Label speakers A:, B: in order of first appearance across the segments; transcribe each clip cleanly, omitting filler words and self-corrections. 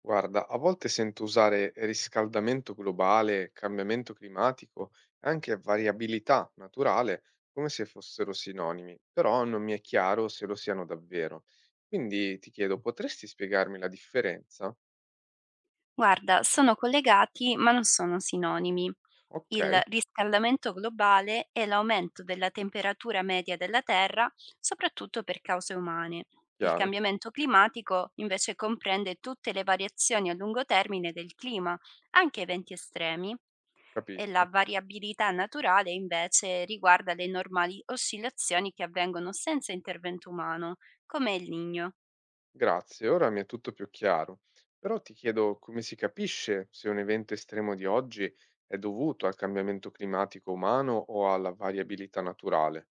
A: Guarda, a volte sento usare riscaldamento globale, cambiamento climatico e anche variabilità naturale come se fossero sinonimi, però non mi è chiaro se lo siano davvero. Quindi ti chiedo, potresti spiegarmi la differenza?
B: Guarda, sono collegati ma non sono sinonimi.
A: Ok,
B: Il riscaldamento globale è l'aumento della temperatura media della Terra, soprattutto per cause umane. Il
A: chiaro,
B: cambiamento climatico invece comprende tutte le variazioni a lungo termine del clima, anche eventi estremi, e la
A: capisco.
B: variabilità naturale invece riguarda le normali oscillazioni che avvengono senza intervento umano, come il Niño.
A: Grazie, ora mi è tutto più chiaro. Però ti chiedo come si capisce se un evento estremo di oggi è dovuto al cambiamento climatico umano o alla variabilità naturale?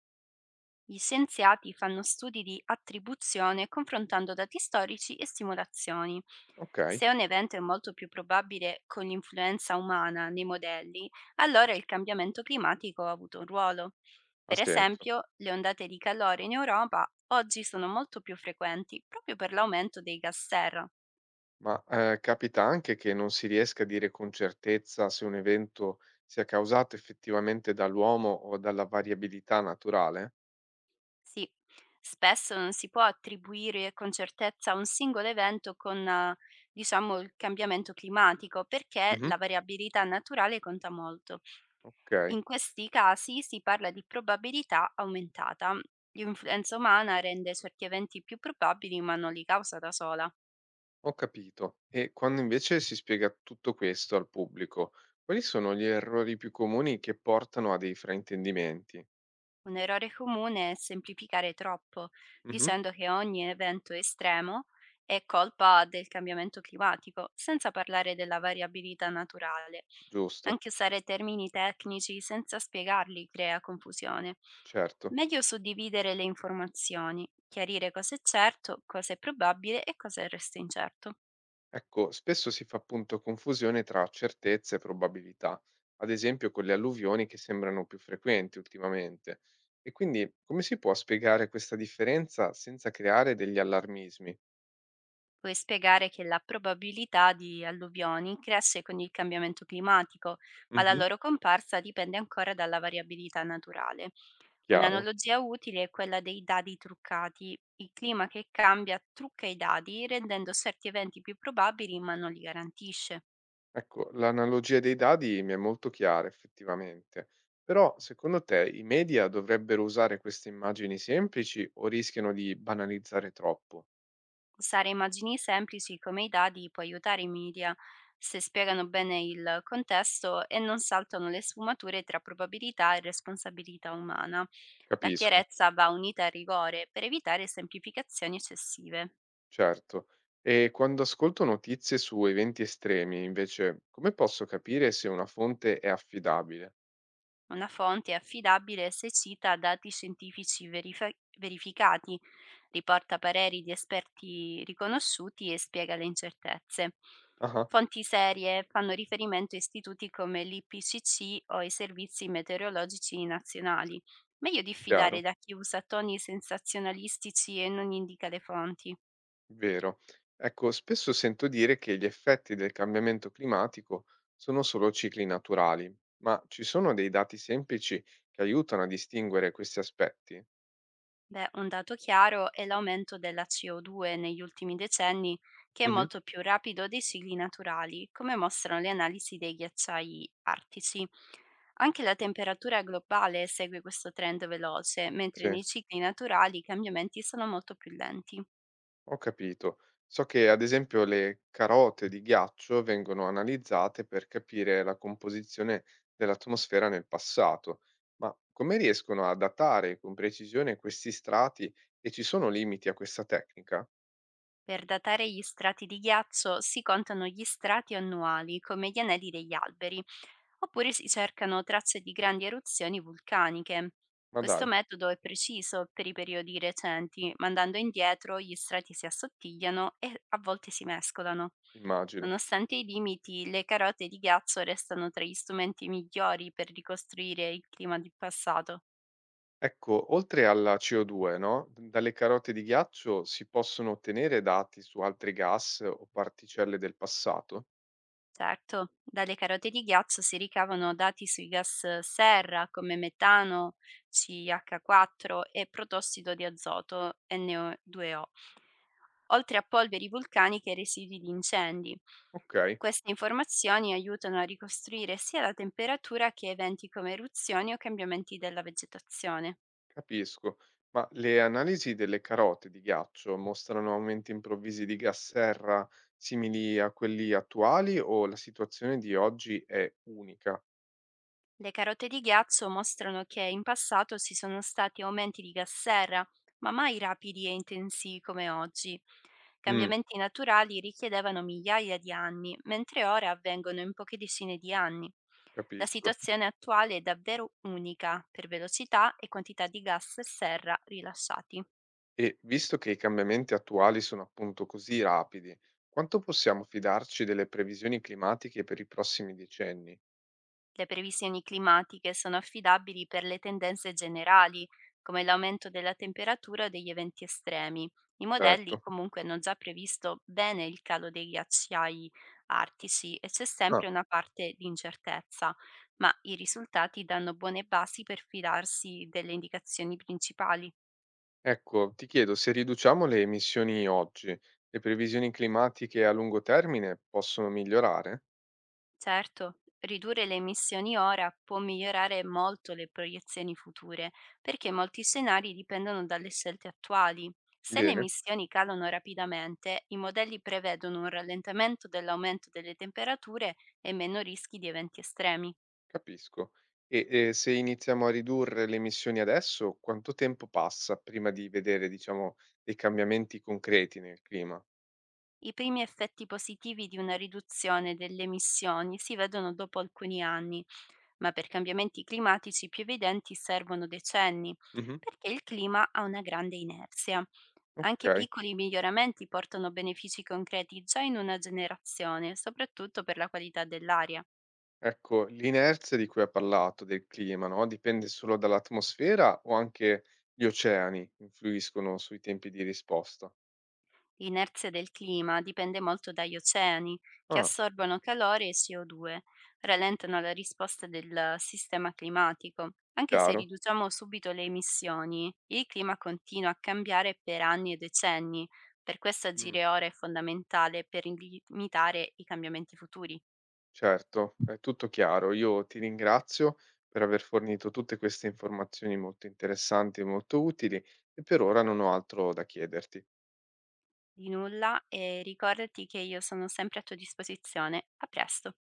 B: Gli scienziati fanno studi di attribuzione confrontando dati storici e simulazioni.
A: Ok,
B: Se un evento è molto più probabile con l'influenza umana nei modelli, allora il cambiamento climatico ha avuto un ruolo.
A: ha
B: Per
A: senso.
B: esempio, le ondate di calore in Europa oggi sono molto più frequenti proprio per l'aumento dei gas serra.
A: Ma, capita anche che non si riesca a dire con certezza se un evento sia causato effettivamente dall'uomo o dalla variabilità naturale?
B: Sì, spesso non si può attribuire con certezza un singolo evento con, diciamo, il cambiamento climatico, perché
A: Mh-mh.
B: la variabilità naturale conta molto.
A: Okay,
B: In questi casi si parla di probabilità aumentata. L'influenza umana rende certi eventi più probabili, ma non li causa da sola.
A: ho capito. E quando invece si spiega tutto questo al pubblico, quali sono gli errori più comuni che portano a dei fraintendimenti?
B: Un errore comune è semplificare troppo,
A: Mh-mh.
B: dicendo che ogni evento estremo è colpa del cambiamento climatico, senza parlare della variabilità naturale.
A: Giusto,
B: Anche usare termini tecnici senza spiegarli crea confusione.
A: certo.
B: Meglio suddividere le informazioni, chiarire cosa è certo, cosa è probabile e cosa è resto incerto.
A: Ecco, spesso si fa appunto confusione tra certezze e probabilità, ad esempio con le alluvioni che sembrano più frequenti ultimamente. E quindi come si può spiegare questa differenza senza creare degli allarmismi?
B: Puoi spiegare che la probabilità di alluvioni cresce con il cambiamento climatico, ma la
A: Mhm.
B: loro comparsa dipende ancora dalla variabilità naturale.
A: Chiaro?
B: Un'analogia utile è quella dei dadi truccati. Il clima che cambia trucca i dadi, rendendo certi eventi più probabili, ma non li garantisce.
A: Ecco, l'analogia dei dadi mi è molto chiara effettivamente, però secondo te i media dovrebbero usare queste immagini semplici o rischiano di banalizzare troppo?
B: Usare immagini semplici come i dadi può aiutare i media se spiegano bene il contesto e non saltano le sfumature tra probabilità e responsabilità umana. La
A: Capisco.
B: chiarezza va unita al rigore per evitare semplificazioni eccessive.
A: Certo. E quando ascolto notizie su eventi estremi, invece, come posso capire se una fonte è affidabile?
B: Una fonte è affidabile se cita dati scientifici verificati, riporta pareri di esperti riconosciuti e spiega le incertezze.
A: Ah,
B: Fonti serie fanno riferimento a istituti come l'IPCC o i servizi meteorologici nazionali. Meglio diffidare
A: chiaro,
B: da chi usa toni sensazionalistici e non indica le fonti.
A: vero. Ecco, spesso sento dire che gli effetti del cambiamento climatico sono solo cicli naturali, ma ci sono dei dati semplici che aiutano a distinguere questi aspetti?
B: Beh, un dato chiaro è l'aumento della CO2 negli ultimi decenni, che è
A: Mhm,
B: molto più rapido dei cicli naturali, come mostrano le analisi dei ghiacciai artici. Anche la temperatura globale segue questo trend veloce, mentre
A: sì.
B: nei cicli naturali i cambiamenti sono molto più lenti.
A: Ho capito. So che ad esempio le carote di ghiaccio vengono analizzate per capire la composizione dell'atmosfera nel passato, ma come riescono a datare con precisione questi strati e ci sono limiti a questa tecnica?
B: Per datare gli strati di ghiaccio si contano gli strati annuali, come gli anelli degli alberi. Oppure si cercano tracce di grandi eruzioni vulcaniche.
A: Ma
B: Questo
A: dai,
B: metodo è preciso per i periodi recenti, ma andando indietro gli strati si assottigliano e a volte si mescolano.
A: immagino.
B: Nonostante i limiti, le carote di ghiaccio restano tra gli strumenti migliori per ricostruire il clima del passato.
A: Ecco, oltre alla CO2, no? Dalle carote di ghiaccio si possono ottenere dati su altri gas o particelle del passato?
B: Certo, dalle carote di ghiaccio si ricavano dati sui gas serra come metano, CH4, e protossido di azoto NO2O, oltre a polveri vulcaniche e residui di incendi.
A: Ok.
B: Queste informazioni aiutano a ricostruire sia la temperatura che eventi come eruzioni o cambiamenti della vegetazione.
A: Capisco, ma le analisi delle carote di ghiaccio mostrano aumenti improvvisi di gas serra simili a quelli attuali o la situazione di oggi è unica?
B: Le carote di ghiaccio mostrano che in passato ci sono stati aumenti di gas serra, ma mai rapidi e intensivi come oggi.
A: Mm,
B: Cambiamenti naturali richiedevano migliaia di anni, mentre ora avvengono in poche decine di anni. La
A: capisco.
B: situazione attuale è davvero unica per velocità e quantità di gas e serra rilasciati.
A: E visto che i cambiamenti attuali sono appunto così rapidi, quanto possiamo fidarci delle previsioni climatiche per i prossimi decenni?
B: Le previsioni climatiche sono affidabili per le tendenze generali, come l'aumento della temperatura o degli eventi estremi. I modelli
A: Certo.
B: comunque hanno già previsto bene il calo dei ghiacciai artici e c'è
A: Ah,
B: sempre una parte di incertezza, ma i risultati danno buone basi per fidarsi delle indicazioni principali.
A: ecco, ti chiedo, se riduciamo le emissioni oggi, le previsioni climatiche a lungo termine possono migliorare?
B: Certo, ridurre le emissioni ora può migliorare molto le proiezioni future, perché molti scenari dipendono dalle scelte attuali. Se le
A: Bene.
B: emissioni calano rapidamente, i modelli prevedono un rallentamento dell'aumento delle temperature e meno rischi di eventi estremi.
A: Capisco. E, se iniziamo a ridurre le emissioni adesso, quanto tempo passa prima di vedere, diciamo, dei cambiamenti concreti nel clima?
B: I primi effetti positivi di una riduzione delle emissioni si vedono dopo alcuni anni, ma per cambiamenti climatici più evidenti servono decenni,
A: Mh-mh.
B: perché il clima ha una grande inerzia. Anche
A: Okay.
B: piccoli miglioramenti portano benefici concreti già in una generazione, soprattutto per la qualità dell'aria.
A: Ecco, l'inerzia di cui hai parlato del clima, no, dipende solo dall'atmosfera o anche gli oceani influiscono sui tempi di risposta?
B: L'inerzia del clima dipende molto dagli oceani, che
A: Ah,
B: assorbono calore e CO2, rallentano la risposta del sistema climatico. Anche se
A: chiaro.
B: riduciamo subito le emissioni, il clima continua a cambiare per anni e decenni, per questo
A: Mh.
B: agire ora è fondamentale per limitare i cambiamenti futuri.
A: Certo, è tutto chiaro. Io ti ringrazio per aver fornito tutte queste informazioni molto interessanti e molto utili e per ora non ho altro da chiederti.
B: Di nulla, e ricordati che io sono sempre a tua disposizione. A presto.